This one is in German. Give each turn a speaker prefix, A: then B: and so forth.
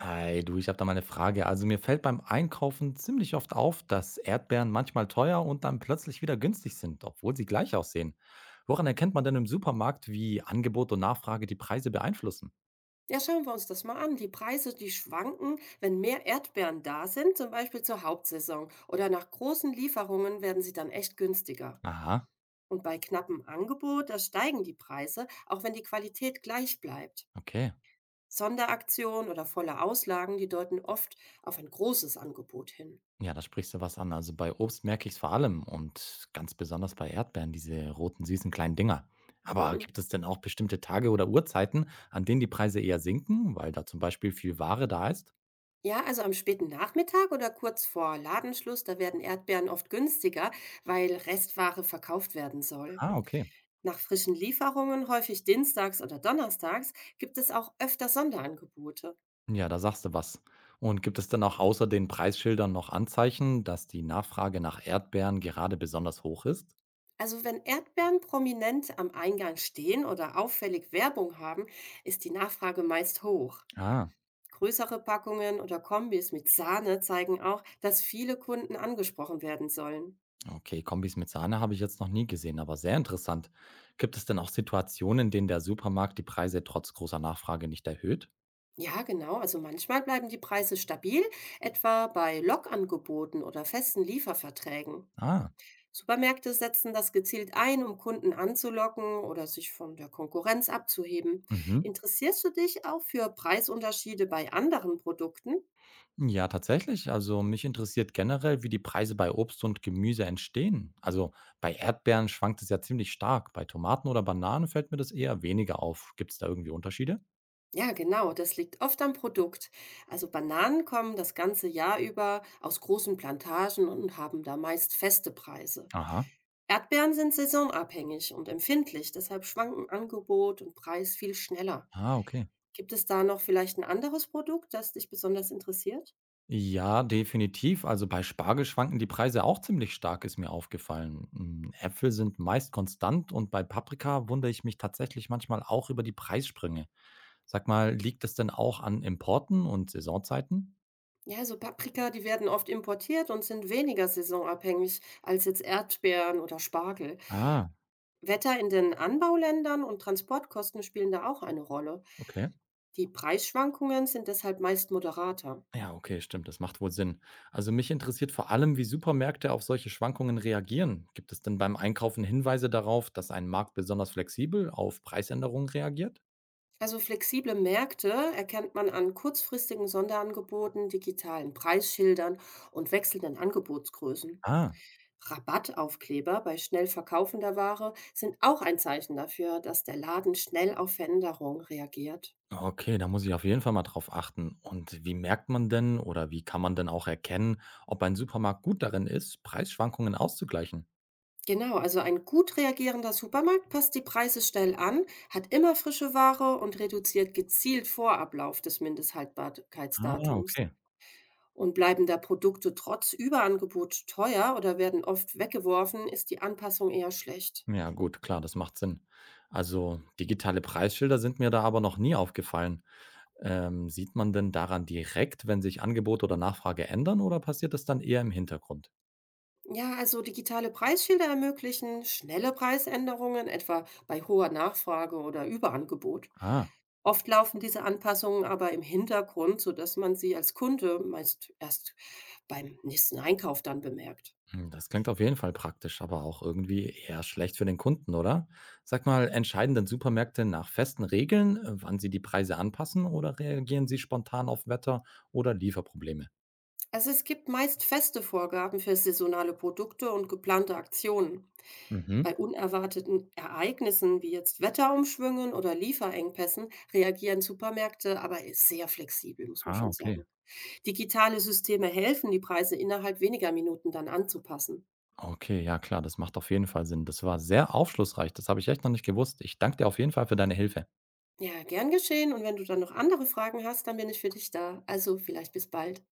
A: Hi, du, ich habe da mal eine Frage. Also mir fällt beim Einkaufen ziemlich oft auf, dass Erdbeeren manchmal teuer und dann plötzlich wieder günstig sind, obwohl sie gleich aussehen. Woran erkennt man denn im Supermarkt, wie Angebot und Nachfrage die Preise beeinflussen?
B: Ja, schauen wir uns das mal an. Die Preise, die schwanken, wenn mehr Erdbeeren da sind, zum Beispiel zur Hauptsaison oder nach großen Lieferungen, werden sie dann echt günstiger.
A: Aha,
B: Und bei knappem Angebot, da steigen die Preise, auch wenn die Qualität gleich bleibt.
A: okay.
B: Sonderaktionen oder volle Auslagen, die deuten oft auf ein großes Angebot hin.
A: Ja, da sprichst du was an. Also bei Obst merke ich es vor allem und ganz besonders bei Erdbeeren, diese roten, süßen kleinen Dinger. Aber
B: Hm.
A: gibt es denn auch bestimmte Tage oder Uhrzeiten, an denen die Preise eher sinken, weil da zum Beispiel viel Ware da ist?
B: Ja, also am späten Nachmittag oder kurz vor Ladenschluss, da werden Erdbeeren oft günstiger, weil Restware verkauft werden soll.
A: Ah, okay.
B: Nach frischen Lieferungen, häufig dienstags oder donnerstags, gibt es auch öfter Sonderangebote.
A: Ja, da sagst du was. Und gibt es denn auch außer den Preisschildern noch Anzeichen, dass die Nachfrage nach Erdbeeren gerade besonders hoch ist?
B: Also wenn Erdbeeren prominent am Eingang stehen oder auffällig Werbung haben, ist die Nachfrage meist hoch.
A: Ah,
B: Größere Packungen oder Kombis mit Sahne zeigen auch, dass viele Kunden angesprochen werden sollen.
A: okay, Kombis mit Sahne habe ich jetzt noch nie gesehen, aber sehr interessant. Gibt es denn auch Situationen, in denen der Supermarkt die Preise trotz großer Nachfrage nicht erhöht?
B: Ja, genau, also manchmal bleiben die Preise stabil, etwa bei Lockangeboten oder festen Lieferverträgen.
A: Ah,
B: Supermärkte setzen das gezielt ein, um Kunden anzulocken oder sich von der Konkurrenz abzuheben.
A: mhm.
B: Interessierst du dich auch für Preisunterschiede bei anderen Produkten?
A: Ja, tatsächlich. Also mich interessiert generell, wie die Preise bei Obst und Gemüse entstehen. Also bei Erdbeeren schwankt es ja ziemlich stark. Bei Tomaten oder Bananen fällt mir das eher weniger auf. Gibt es da irgendwie Unterschiede?
B: Ja, genau, das liegt oft am Produkt. Also Bananen kommen das ganze Jahr über aus großen Plantagen und haben da meist feste Preise.
A: Aha.
B: Erdbeeren sind saisonabhängig und empfindlich, deshalb schwanken Angebot und Preis viel schneller.
A: Ah, okay.
B: Gibt es da noch vielleicht ein anderes Produkt, das dich besonders interessiert?
A: Ja, definitiv. Also bei Spargel schwanken die Preise auch ziemlich stark, ist mir aufgefallen. Mm, Äpfel sind meist konstant und bei Paprika wundere ich mich tatsächlich manchmal auch über die Preissprünge. Sag mal, liegt es denn auch an Importen und Saisonzeiten?
B: Ja, so Paprika, die werden oft importiert und sind weniger saisonabhängig als jetzt Erdbeeren oder Spargel.
A: Ah,
B: Wetter in den Anbauländern und Transportkosten spielen da auch eine Rolle.
A: okay.
B: Die Preisschwankungen sind deshalb meist moderater.
A: Ja, okay, stimmt, das macht wohl Sinn. Also mich interessiert vor allem, wie Supermärkte auf solche Schwankungen reagieren. Gibt es denn beim Einkaufen Hinweise darauf, dass ein Markt besonders flexibel auf Preisänderungen reagiert?
B: Also flexible Märkte erkennt man an kurzfristigen Sonderangeboten, digitalen Preisschildern und wechselnden Angebotsgrößen.
A: Ah,
B: Rabattaufkleber bei schnell verkaufender Ware sind auch ein Zeichen dafür, dass der Laden schnell auf Veränderungen reagiert.
A: okay, da muss ich auf jeden Fall mal drauf achten. Und wie merkt man denn oder wie kann man denn auch erkennen, ob ein Supermarkt gut darin ist, Preisschwankungen auszugleichen?
B: Genau, also ein gut reagierender Supermarkt passt die Preise schnell an, hat immer frische Ware und reduziert gezielt vor Ablauf des
A: Ah,
B: Mindesthaltbarkeitsdatums.
A: okay.
B: Und bleiben da Produkte trotz Überangebot teuer oder werden oft weggeworfen, ist die Anpassung eher schlecht.
A: Ja, gut, klar, das macht Sinn. Also digitale Preisschilder sind mir da aber noch nie aufgefallen. Sieht man denn daran direkt, wenn sich Angebot oder Nachfrage ändern oder passiert das dann eher im Hintergrund?
B: Ja, also digitale Preisschilder ermöglichen schnelle Preisänderungen, etwa bei hoher Nachfrage oder Überangebot.
A: Ah.
B: Oft laufen diese Anpassungen aber im Hintergrund, sodass man sie als Kunde meist erst beim nächsten Einkauf dann bemerkt.
A: Hm, das klingt auf jeden Fall praktisch, aber auch irgendwie eher schlecht für den Kunden, oder? Sag mal, entscheiden denn Supermärkte nach festen Regeln, wann sie die Preise anpassen oder reagieren sie spontan auf Wetter oder Lieferprobleme?
B: Also es gibt meist feste Vorgaben für saisonale Produkte und geplante Aktionen.
A: Mhm.
B: Bei unerwarteten Ereignissen wie jetzt Wetterumschwüngen oder Lieferengpässen reagieren Supermärkte aber sehr flexibel, muss man
A: Ah,
B: schon
A: okay.
B: sagen. Digitale Systeme helfen, die Preise innerhalb weniger Minuten dann anzupassen.
A: Okay, ja klar, das macht auf jeden Fall Sinn. Das war sehr aufschlussreich. Das habe ich echt noch nicht gewusst. Ich danke dir auf jeden Fall für deine Hilfe.
B: Ja, gern geschehen. Und wenn du dann noch andere Fragen hast, dann bin ich für dich da. Also vielleicht bis bald.